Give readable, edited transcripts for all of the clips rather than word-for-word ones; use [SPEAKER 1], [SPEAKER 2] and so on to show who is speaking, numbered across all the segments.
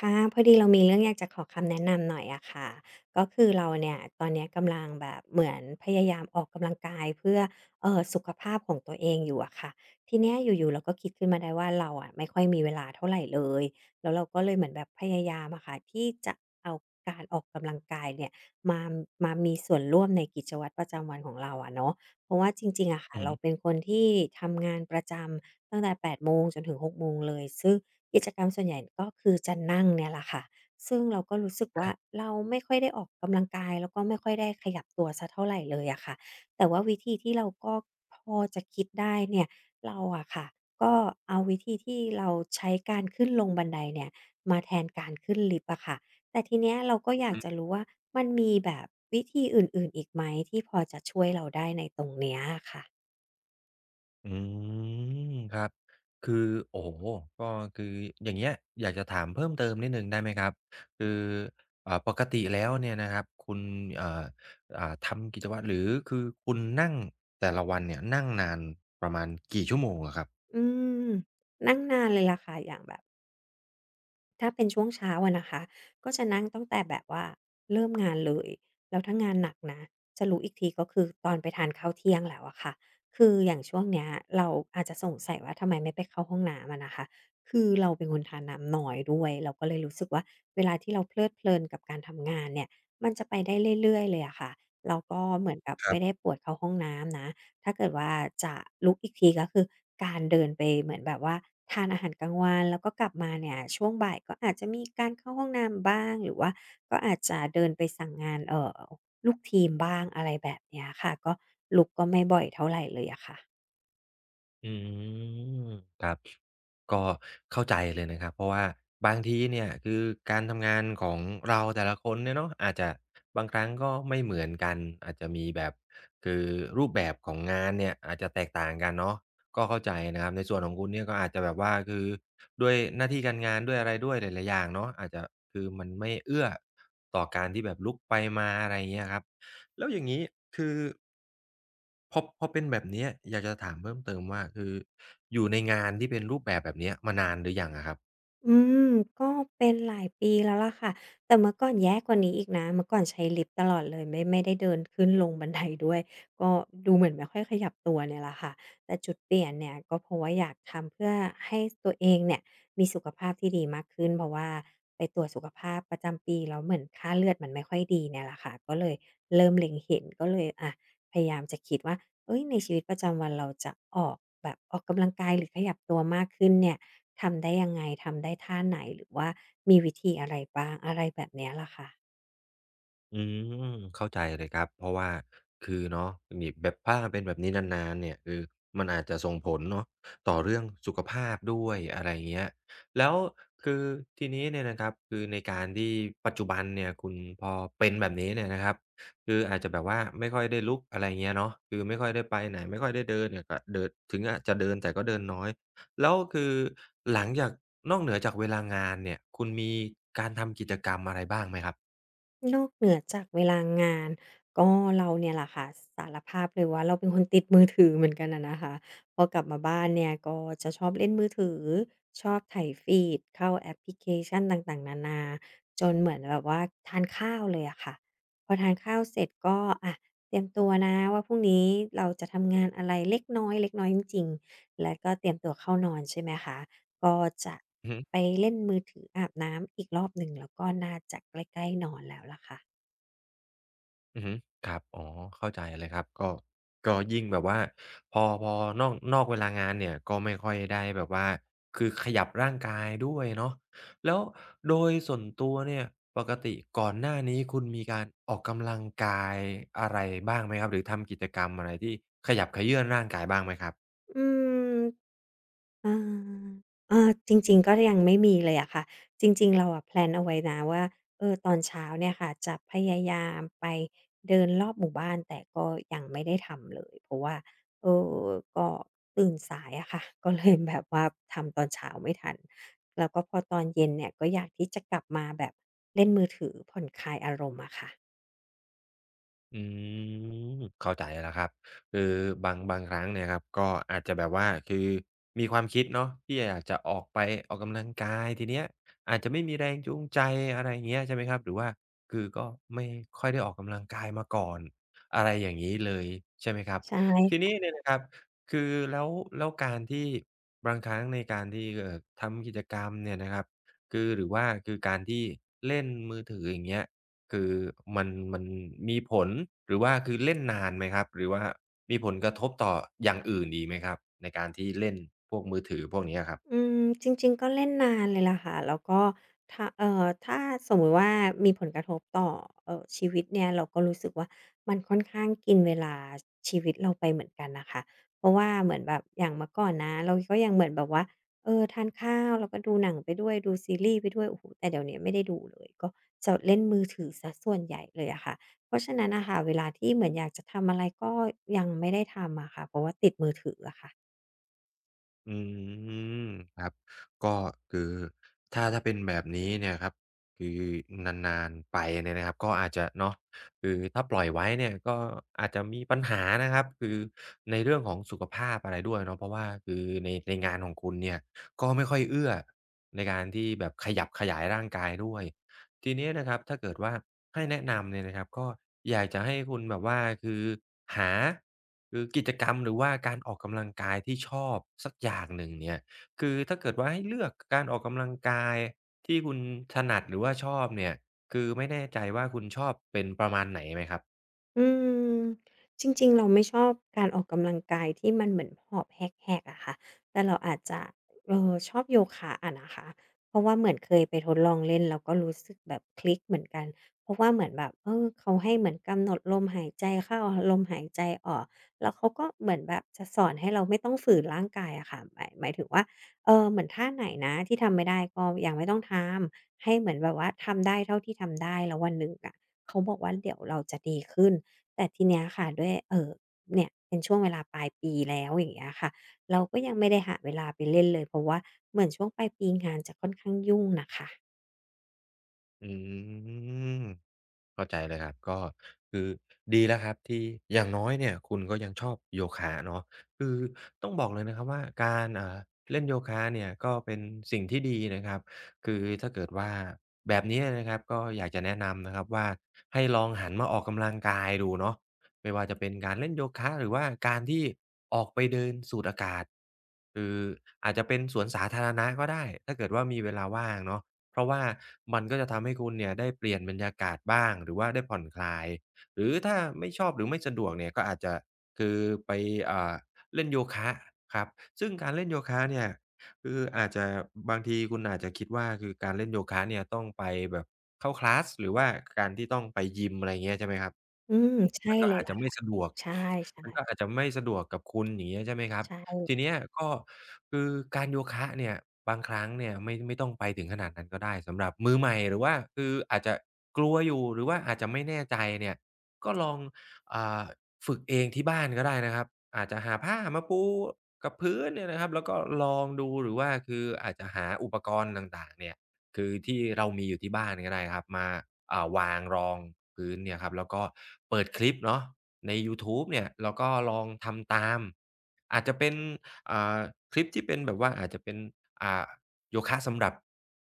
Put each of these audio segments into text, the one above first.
[SPEAKER 1] ค่ะพอดีเรามีเรื่องอยากจะขอคำแนะนำหน่อยอะค่ะก็คือเราเนี่ยตอนเนี้ยกำลังแบบเหมือนพยายามออกกำลังกายเพื่อสุขภาพของตัวเองอยู่อะค่ะทีเนี้ยอยู่ๆเราก็คิดขึ้นมาได้ว่าเราอะไม่ค่อยมีเวลาเท่าไหรเลยแล้วเราก็เลยเหมือนแบบพยายามอะค่ะที่จะเอาการออกกำลังกายเนี่ยมามามีส่วนร่วมในกิจวัตรประจำวันของเราอะเนาะเพราะว่าจริงๆอะค่ะ
[SPEAKER 2] อือ
[SPEAKER 1] เรา
[SPEAKER 2] ฮึ
[SPEAKER 1] เป็นคนที่ทำงานประจำตั้งแต่8 โมงจนถึง6 โมงเลยซึ่ง กิจกรรมส่วนใหญ่ก็คือจะนั่งเนี่ยแหละค่ะซึ่งเราก็รู้สึกว่าเราไม่ค่อยได้ออกกำลังกายแล้วก็ไม่ค่อยได้ขยับตัวสักเท่าไรเลยอะค่ะแต่ว่าวิธีที่เราก็พอจะคิดได้เนี่ยเราอะค่ะก็เอาวิธีที่เราใช้การขึ้นลงบันไดเนี่ยมาแทนการขึ้นลิฟต์อะค่ะแต่ทีเนี้ยเราก็อยา
[SPEAKER 2] อือ
[SPEAKER 1] กจะ
[SPEAKER 2] ฮึ
[SPEAKER 1] รู้ว่ามันมีแบบวิธีอื่นๆอีกไหมที่พอจะช่วยเราได้ในตรงเนี้ยอะค่ะ
[SPEAKER 2] อืมครับคือโอ้โฮก็คือ อย่างเงี้ยอยากจะถามเพิ่มเติมนิดหนึ่งได้ไหมครับ คืออ่าปกติแล้วเนี่ยนะครับ คุณเอ่ออ่าทำกิจวัตรหรือคือคุณนั่งแต่ละวันเนี่ยนั่งนานประมาณกี่ชั่วโมงอะครับ
[SPEAKER 1] อืมนั่งนานเลยล่ะค่ะอย่างแบบ ถ้าเป็นช่วงเช้าอะนะคะก็จะนั่งตั้งแต่แบบว่าเริ่มงานเลยแล้วถ้างานหนักนะจะรู้อีกทีก็คือตอนไปทานข้าวเที่ยงแล้วอะค่ะคืออย่างช่วงเนี้ยเราอาจจะสงสัยว่าทำไมไม่ไปเข้าห้องน้ำอะนะคะคือเราเป็นคนทานน้ำน้อยด้วยเราก็เลยรู้สึกว่าเวลาที่เราเพลิดเพลินกับการทำงานเนี่ยมันจะไปได้เรื่อยๆเลยอะค่ะแล้วก็เหมือนกับไม่ได้ปวดเข้าห้องน้ำนะ ถ้าเกิดว่าจะลุกอีกทีก็คือการเดินไปเหมือนแบบว่าทานอาหารกลางวันแล้วก็กลับมาเนี่ยช่วงบ่ายก็อาจจะมีการเข้าห้องน้ำบ้างหรือว่าก็อาจจะเดินไปสั่งงานลูกทีมบ้างอะไรแบบเนี้ยค่ะก็ลุกก็ไม่บ่อยเท่าไรเลยอะค่ะ
[SPEAKER 2] อืมครับก็เข้าใจเลยนะครับเพราะว่าบางทีเนี่ยคือการทำงานของเราแต่ละคนเนี่ยเนาะอาจจะบางครั้งก็ไม่เหมือนกันอาจจะมีแบบคือรูปแบบของงานเนี่ยอาจจะแตกต่างกันเนาะก็เข้าใจนะครับในส่วนของคุณเนี่ยก็อาจจะแบบว่าคือด้วยหน้าที่การงานด้วยอะไรด้วยหลายๆอย่างเนาะอาจจะคือมันไม่เอื้อต่อการที่แบบลุกไปมาอะไรอย่างเงี้ยครับแล้วอย่างงี้คือ พอเป็นแบบเนี้ยอยากจะถามเพิ่มเติมว่าคืออยู่ในงานที่เป็นรูปแบบแบบเนี้ยมานานหรือยังอะครับ
[SPEAKER 1] อืมก็เป็นหลายปีแล้วล่ะค่ะแต่เมื่อก่อนแย่กว่านี้อีกนะเมื่อก่อนใช้ลิฟต์ตลอดเลยไม่ได้เดินขึ้นลงบันไดด้วยก็ดูเหมือนไม่ค่อยขยับตัวเนี่ยแหละค่ะแต่จุดเปลี่ยนเนี่ยก็เพราะว่าอยากทำเพื่อให้ตัวเองเนี่ยมีสุขภาพที่ดีมากขึ้นเพราะว่าไปตรวจสุขภาพประจำปีแล้วเหมือนค่าเลือดมันไม่ค่อยดีเนี่ยแหละค่ะก็เลยเริ่มเล็งเห็นก็เลยอะพยายามจะคิดว่าเฮ้ยในชีวิตประจำวันเราจะออกแบบออกกำลังกายหรือขยับตัวมากขึ้นเนี่ย ทำได้ยังไงทำได้ท่าไหนหรือว่ามีวิธีอะไรบ้างอะไรแบบเนี้ยล่ะค่ะ
[SPEAKER 2] อืมเข้าใจเลยครับเพราะว่าคือเนาะนี่แบบถ้าเป็นแบบนี้นานๆเนี่ยคือมันอาจจะส่งผลเนาะต่อเรื่องสุขภาพด้วยอะไรเงี้ยแล้วคือทีนี้เนี่ยนะครับคือในการที่ปัจจุบันเนี่ยคุณพอเป็นแบบนี้เนี่ยนะครับคืออาจจะแบบว่าไม่ค่อยได้ลุกอะไรเงี้ยเนาะคือไม่ค่อยได้ไปไหนไม่ค่อยได้เดินเนี่ยก็เดินถึงอาจจะเดินแต่ก็เดินน้อยแล้วคือหลังจากนอกเหนือจากเวลางานเนี่ยคุณมีการทำกิจกรรมอะไรบ้างไหมครับ
[SPEAKER 1] นอกเหนือจากเวลางานก็เราเนี่ยแหล่ะค่ะสารภาพเลยว่าเราเป็นคนติดมือถือเหมือนกันอะนะคะพอกลับมาบ้านเนี่ยก็จะชอบเล่นมือถือชอบไถฟีดเข้าแอปพลิเคชันต่างๆนานาจนเหมือนแบบว่าทานข้าวเลยอะค่ะพอทานข้าวเสร็จก็อะเตรียมตัวนะว่าพรุ่งนี้เราจะทำงานอะไรเล็กน้อยเล็กน้อยจริงๆแล้วก็เตรียมตัวเข้านอนใช่ไหมคะ ก็จะไปเล่นมือถืออาบน้ำอีกรอบหนึ่งแล้วก็น่าจะใกล้ๆนอนแล้วล่ะค่ะ
[SPEAKER 2] อือฮึครับอ๋อเข้าใจเลยครับก็ก็ยิ่งแบบว่าพอนอกเวลางานเนี่ยก็ไม่ค่อยได้แบบว่าคือขยับร่างกายด้วยเนาะแล้วโดยส่วนตัวเนี่ยปกติก่อนหน้านี้คุณมีการออกกำลังกายอะไรบ้างไหมครับหรือทำกิจกรรมอะไรที่ขยับเขยื้อนร่างกายบ้างไหมครับ
[SPEAKER 1] อืมอาอาจริงๆก็ยังไม่มีเลยอะค่ะจริงๆเราอะแพลนเอาไว้นะว่าตอนเช้าเนี่ยค่ะจะพยายามไปเดินรอบหมู่บ้านแต่ก็ยังไม่ได้ทำเลยเพราะว่าเออก็ตื่นสายอะค่ะ ก็เลยแบบว่าทำตอนเช้าไม่ทันแล้วก็พอตอนเย็นเนี่ยก็อยากที่จะกลับมาแบบเล่นมือถือผ่อนคลายอารมณ์อะค่ะ
[SPEAKER 2] อืมเข้าใจแล้วครับคือบางครั้งเนี่ยครับก็อาจจะแบบว่าคือมีความคิดเนาะที่อยากจะออกไปออกกำลังกายทีเนี้ยอาจจะไม่มีแรงจูงใจอะไรอย่างเงี้ยใช่ไหมครับหรือว่าคือก็ไม่ค่อยได้ออกกำลังกายมาก่อนอะไรอย่างงี้เลยใช่ไหมครับ
[SPEAKER 1] ใช
[SPEAKER 2] ทีนี้
[SPEAKER 1] ่
[SPEAKER 2] เนี่ยนะครับคือแล้วแล้วการที่บางครั้งในการที่ทำกิจกรรมเนี่ยนะครับคือหรือว่าคือการที่เล่นมือถืออย่างเงี้ย คือมันมีผลหรือว่าคือเล่นนานไหมครับหรือว่ามีผลกระทบต่ออย่างอื่นอีกไหมครับในการที่เล่นพวกมือถือพวกเนี้ยครับ
[SPEAKER 1] จริงๆก็เล่นนานเลยล่ะค่ะแล้วก็ถ้าถ้าสมมุติว่ามีผลกระทบต่อชีวิตเนี่ยเราก็รู้สึกว่ามันค่อนข้างกินเวลาชีวิตเราไปเหมือนกันน่ะค่ะเพราะว่าเหมือนแบบอย่างเมื่อก่อนนะเราก็ยังเหมือนแบบว่าทานข้าวแล้วก็ดูหนังไปด้วยดูซีรีส์ไปด้วยโอ้โฮแต่เดี๋ยวนี้ไม่ได้ดูเลยก็จะเล่นมือถือเสียส่วนใหญ่เลยอะค่ะเพราะฉะนั้นน่ะค่ะเวลาที่เหมือนอยากจะทำอะไรก็ยังไม่ได้ทำอะค่ะเพราะว่าติดมือถืออะค่ะ
[SPEAKER 2] อืมครับก็คือถ้าเป็นแบบนี้เนี่ยครับคือนานๆไปเนี่ยนะครับก็อาจจะเนาะคือถ้าปล่อยไว้เนี่ยก็อาจจะมีปัญหานะครับคือในเรื่องของสุขภาพอะไรด้วยเนาะเพราะว่าคือในงานของคุณเนี่ยก็ไม่ค่อยเอื้อในการที่แบบขยับขยายร่างกายด้วยทีนี้นะครับถ้าเกิดว่าให้แนะนำเนี่ยนะครับก็อยากจะให้คุณแบบว่าคือหา คือกิจกรรมหรือว่าการออกกำลังกายที่ชอบสักอย่างหนึ่งเนี่ยคือถ้าเกิดว่าให้เลือกการออกกำลังกายที่คุณถนัดหรือว่าชอบเนี่ยคือไม่แน่ใจว่าคุณชอบเป็นประมาณไหนไหมครับ
[SPEAKER 1] อืมจริงๆเราไม่ชอบการออกกำลังกายที่มันเหมือนหอบแหกๆอะค่ะแต่เราอาจจะชอบโยคะอะนะคะเพราะว่าเหมือนเคยไปทดลองเล่นแล้วก็รู้สึกแบบคลิกเหมือนกันเพราะว่าเหมือนแบบเออเขาให้เหมือนกำหนดลมหายใจเข้าลมหายใจออกแล้วเขาก็เหมือนแบบจะสอนให้เราไม่ต้องฝืนร่างกายอะค่ะหมายถึงว่าเออเหมือนท่าไหนนะที่ทำไม่ได้ก็ยังไม่ต้องทำ ให้เหมือนแบบว่าทำได้เท่าที่ทำได้แล้ววันหนึ่งอะเขาบอกว่าเดี๋ยวเราจะดีขึ้นแต่ทีเนี้ยค่ะด้วยเนี่ยเป็นช่วงเวลาปลายปีแล้วอย่างเงี้ยค่ะเราก็ยังไม่ได้หาเวลาไปเล่นเลยเพราะว่าเหมือนช่วงปลายปีงานจะค่อนข้างยุ่งน่ะค่ะ
[SPEAKER 2] อืม เข้าใจเลยครับก็คือดีแล้วครับที่อย่างน้อยเนี่ยคุณก็ยังชอบโยคะเนาะคือต้องบอกเลยนะครับว่าการเล่นโยคะเนี่ยก็เป็นสิ่งที่ดีนะครับคือถ้าเกิดว่าแบบนี้นะครับก็อยากจะแนะนำนะครับว่าให้ลองหันมาออกกำลังกายดูเนาะไม่ว่าจะเป็นการเล่นโยคะหรือว่าการที่ออกไปเดินสูดอากาศคืออาจจะเป็นสวนสาธารณะก็ได้ถ้าเกิดว่ามีเวลาว่างเนาะ เพราะว่ามันก็จะทำให้คุณเนี่ยได้เปลี่ยนบรรยากาศบ้างหรือว่าได้ผ่อนคลายหรือถ้าไม่ชอบหรือไม่สะดวกเนี่ยก็อาจจะคือไปอ่าเล่นโยคะครับซึ่งการเล่นโยคะเนี่ยคืออาจจะบางทีคุณอาจจะคิดว่าคือการเล่นโยคะเนี่ยต้องไปแบบเข้าคลาสหรือว่าการที่ต้องไปยิมอะไรอย่างเงี้ยใช่ไหมครับ
[SPEAKER 1] อืมใช่
[SPEAKER 2] มันก็
[SPEAKER 1] เลย
[SPEAKER 2] อาจ
[SPEAKER 1] ล่ะ
[SPEAKER 2] จะไม่
[SPEAKER 1] ค่ะ
[SPEAKER 2] สะดวก
[SPEAKER 1] ใช่
[SPEAKER 2] มันก็อาจจะไม่สะดวกกับคุณอย่างเงี้ยใช่ไหมครั
[SPEAKER 1] ๆ
[SPEAKER 2] บ
[SPEAKER 1] ใช่
[SPEAKER 2] ทีเนี้ยก็คือการโยคะเนี่ยบางครั้งเนี่ยไม่ต้องไปถึงขนาดนั้นก็ได้สำหรับมือใหม่หรือว่าคืออาจจะกลัวอยู่หรือว่าอาจจะไม่แน่ใจเนี่ยก็ลองอ่าฝึกเองที่บ้านก็ได้นะครับอาจจะหาผ้ามาปูกับพื้นเนี่ยนะครับแล้วก็ลองดูหรือว่าคืออาจจะหาอุปกรณ์ต่างๆเนี่ย คือที่เรามีอยู่ที่บ้านก็ได้ครับมาวางรองพื้นเนี่ยครับแล้วก็เปิดคลิปเนาะในยูทูบเนี่ยแล้วก็ลองทำตามอาจจะเป็นอ่าคลิปที่เป็นแบบว่าอาจจะเป็นอ่าโยคะสำหรับ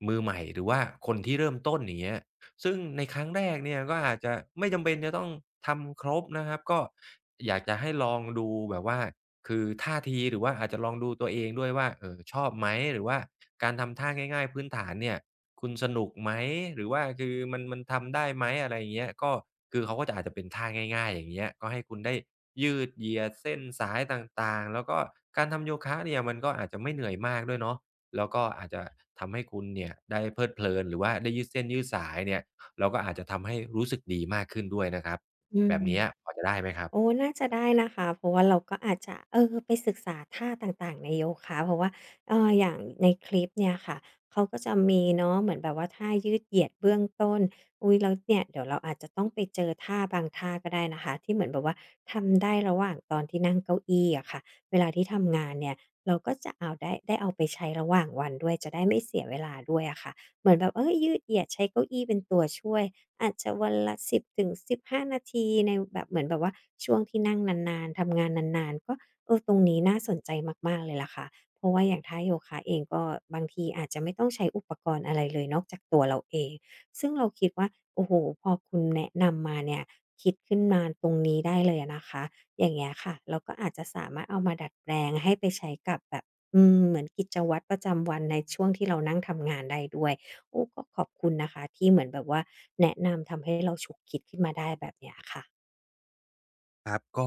[SPEAKER 2] มือใหม่หรือว่าคนที่เริ่มต้นอย่างเงี้ย ซึ่งในครั้งแรกเนี่ยก็อาจจะไม่จำเป็นจะต้องทำครบนะครับก็อยากจะให้ลองดูแบบว่าคือท่าทีหรือว่าอาจจะลองดูตัวเองด้วยว่าเออชอบไหมหรือว่าการทำท่าง่ายๆพื้นฐานเนี่ยคุณสนุกไหมหรือว่าคือมันทำได้ไหมอะไรอย่างเงี้ยก็คือเขาก็จะอาจจะเป็นท่าง่ายๆอย่างเงี้ยก็ให้คุณได้ยืดเหยียดเส้นสายต่างๆแล้วก็การทำโยคะเนี่ยมันก็อาจจะไม่เหนื่อยมากด้วยเนาะแล้วก็อาจจะทำให้คุณเนี่ยได้เพลิดเพลินหรือว่าได้ยืดเส้นยืดสายเนี่ย เราก็อาจจะทำให้รู้สึกดีมากขึ้นด้วยนะครับ
[SPEAKER 1] อื
[SPEAKER 2] แบ
[SPEAKER 1] ม
[SPEAKER 2] บเนี้ยพอจะได้ไหมครับ
[SPEAKER 1] โอ้น่าจะได้นะคะเพราะว่าเราก็อาจจะเออไปศึกษาท่าต่างๆในโยคะเพราะว่าอย่างในคลิปเนี่ยค่ะเขาก็จะมีเนาะเหมือนแบบว่าท่ายืดเหยียดเบื้องต้นอุ๊ยแล้วเนี่ยเดี๋ยวเราอาจจะต้องไปเจอท่าบางท่าก็ได้นะคะที่เหมือนแบบว่าทำได้ระหว่างตอนที่นั่งเก้าอี้อะค่ะเวลาที่ทำงานเนี่ยเราก็จะเอาไปใช้ระหว่างวันด้วยจะได้ไม่เสียเวลาด้วยอะค่ะเหมือนแบบเออยืดเหยียดใช้เก้าอี้เป็นตัวช่วย อาจจะวันละ10ถึง15นาทีในแบบเหมือนแบบว่าช่วงที่นั่งนานๆทำงานนานๆก็เออตรงนี้น่าสนใจมากๆเลยล่ะค่ะเพราะว่าอย่างท่าโยคะเองก็บางทีอาจจะไม่ต้องใช้อุปกรณ์อะไรเลยนอกจากตัวเราเองซึ่งเราคิดว่าโอ้โฮพอคุณแนะนำมาเนี่ยคิดขึ้นมาตรงนี้ได้เลยอะนะคะอย่างเงี้ยค่ะเราก็อาจจะสามารถเอามาดัดแปลงให้ไปใช้กับแบบอืมเหมือนกิจวัตรประจำวันในช่วงที่เรานั่งทำงานได้ด้วย โอ้ก็ขอบคุณนะคะที่เหมือนแบบว่าแนะนำทำให้เราฉุกคิดขึ้นมาได้แบบเนี้ยค่ะ
[SPEAKER 2] ครับก็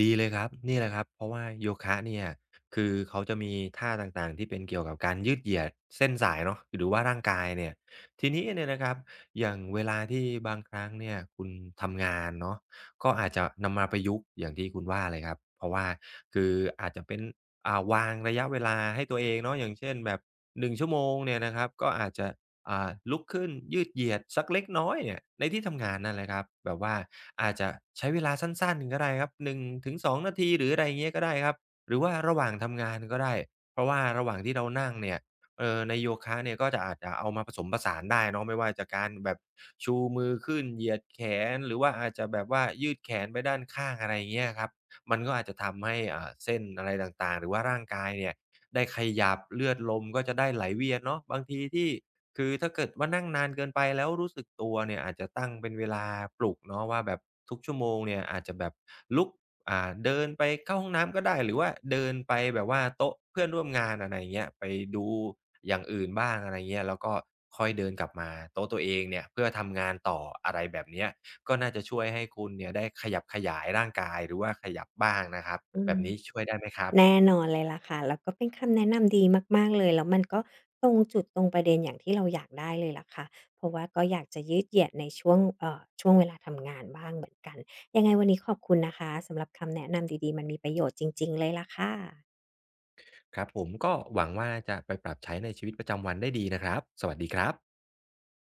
[SPEAKER 2] ดีเลยครับนี่แหละครับเพราะว่าโยคะเนี่ยคือเขาจะมีท่าต่างๆที่เป็นเกี่ยวกับการยืดเหยียดเส้นสายเนาะหรือว่าร่างกายเนี่ยทีนี้เนี่ยนะครับอย่างเวลาที่บางครั้งเนี่ยคุณทำงานเนาะก็อาจจะนำมาประยุกต์อย่างที่คุณว่าเลยครับเพราะว่าคืออาจจะเป็นวางระยะเวลาให้ตัวเองเนาะอย่างเช่นแบบ1 ชั่วโมงเนี่ยนะครับก็อาจจะ ลุกขึ้นยืดเหยียดสักเล็กน้อยเนี่ยในที่ทำงานนั่นแหละครับแบบว่าอาจจะใช้เวลาสั้นๆก็ได้ครับ1-2นงถึง2 นาทีหรืออะไรอย่างเงี้ยก็ได้ครับหรือว่าระหว่างทำงานก็ได้เพราะว่าระหว่างที่เรานั่งเนี่ยในโยคะเนี่ยก็จะอาจจะเอามาผสมผสานได้เนาะไม่ว่าจะการแบบชูมือขึ้นเหยียดแขนหรือว่าอาจจะแบบว่ายืดแขนไปด้านข้างอะไรอย่างเงี้ยครับมันก็อาจจะทำให้เส้นอะไรต่างๆหรือว่าร่างกายเนี่ยได้ขยับเลือดลมก็จะได้ไหลเวียนเนาะบางทีที่ คือถ้าเกิดว่านั่งนานเกินไปแล้วรู้สึกตัวเนี่ยอาจจะตั้งเป็นเวลาปลุกเนาะว่าแบบทุกชั่วโมงเนี่ยอาจจะแบบลุกเดินไปเข้าห้องน้ำก็ได้หรือว่าเดินไปแบบว่าโต๊ะเพื่อนร่วมงานอะไรอย่างเงี้ยไปดูอย่างอื่นบ้างอะไรเงี้ยแล้วก็ค่อยเดินกลับมาโต๊ะตัวเองเนี่ยเพื่อทำงานต่ออะไรแบบเนี้ยก็น่าจะช่วยให้คุณเนี่ยได้ขยับขยายร่างกายหรือว่าขยับบ้างนะครับ
[SPEAKER 1] อื
[SPEAKER 2] แบ
[SPEAKER 1] ม
[SPEAKER 2] บนี้ช่วยได้ไหมครั
[SPEAKER 1] แน่
[SPEAKER 2] บ
[SPEAKER 1] นอนเลยล่ะค่ะแล้วก็เป็นคำแนะนำดีมากๆเลยแล้วมันก็ตรงจุดตรงประเด็นอย่างที่เราอยากได้เลยล่ะค่ะเพราะว่าก็อยากจะยืดเหยียดในช่วงช่วงเวลาทำงานบ้างเหมือนกันยังไงวันนี้ขอบคุณนะคะสำหรับคำแนะนำดีๆมันมีประโยชน์จริงๆเลยล่ะค่ะ
[SPEAKER 2] ครับผมก็หวังว่าจะไปปรับใช้ในชีวิตประจำวันได้ดีนะครับสวัสดีครับ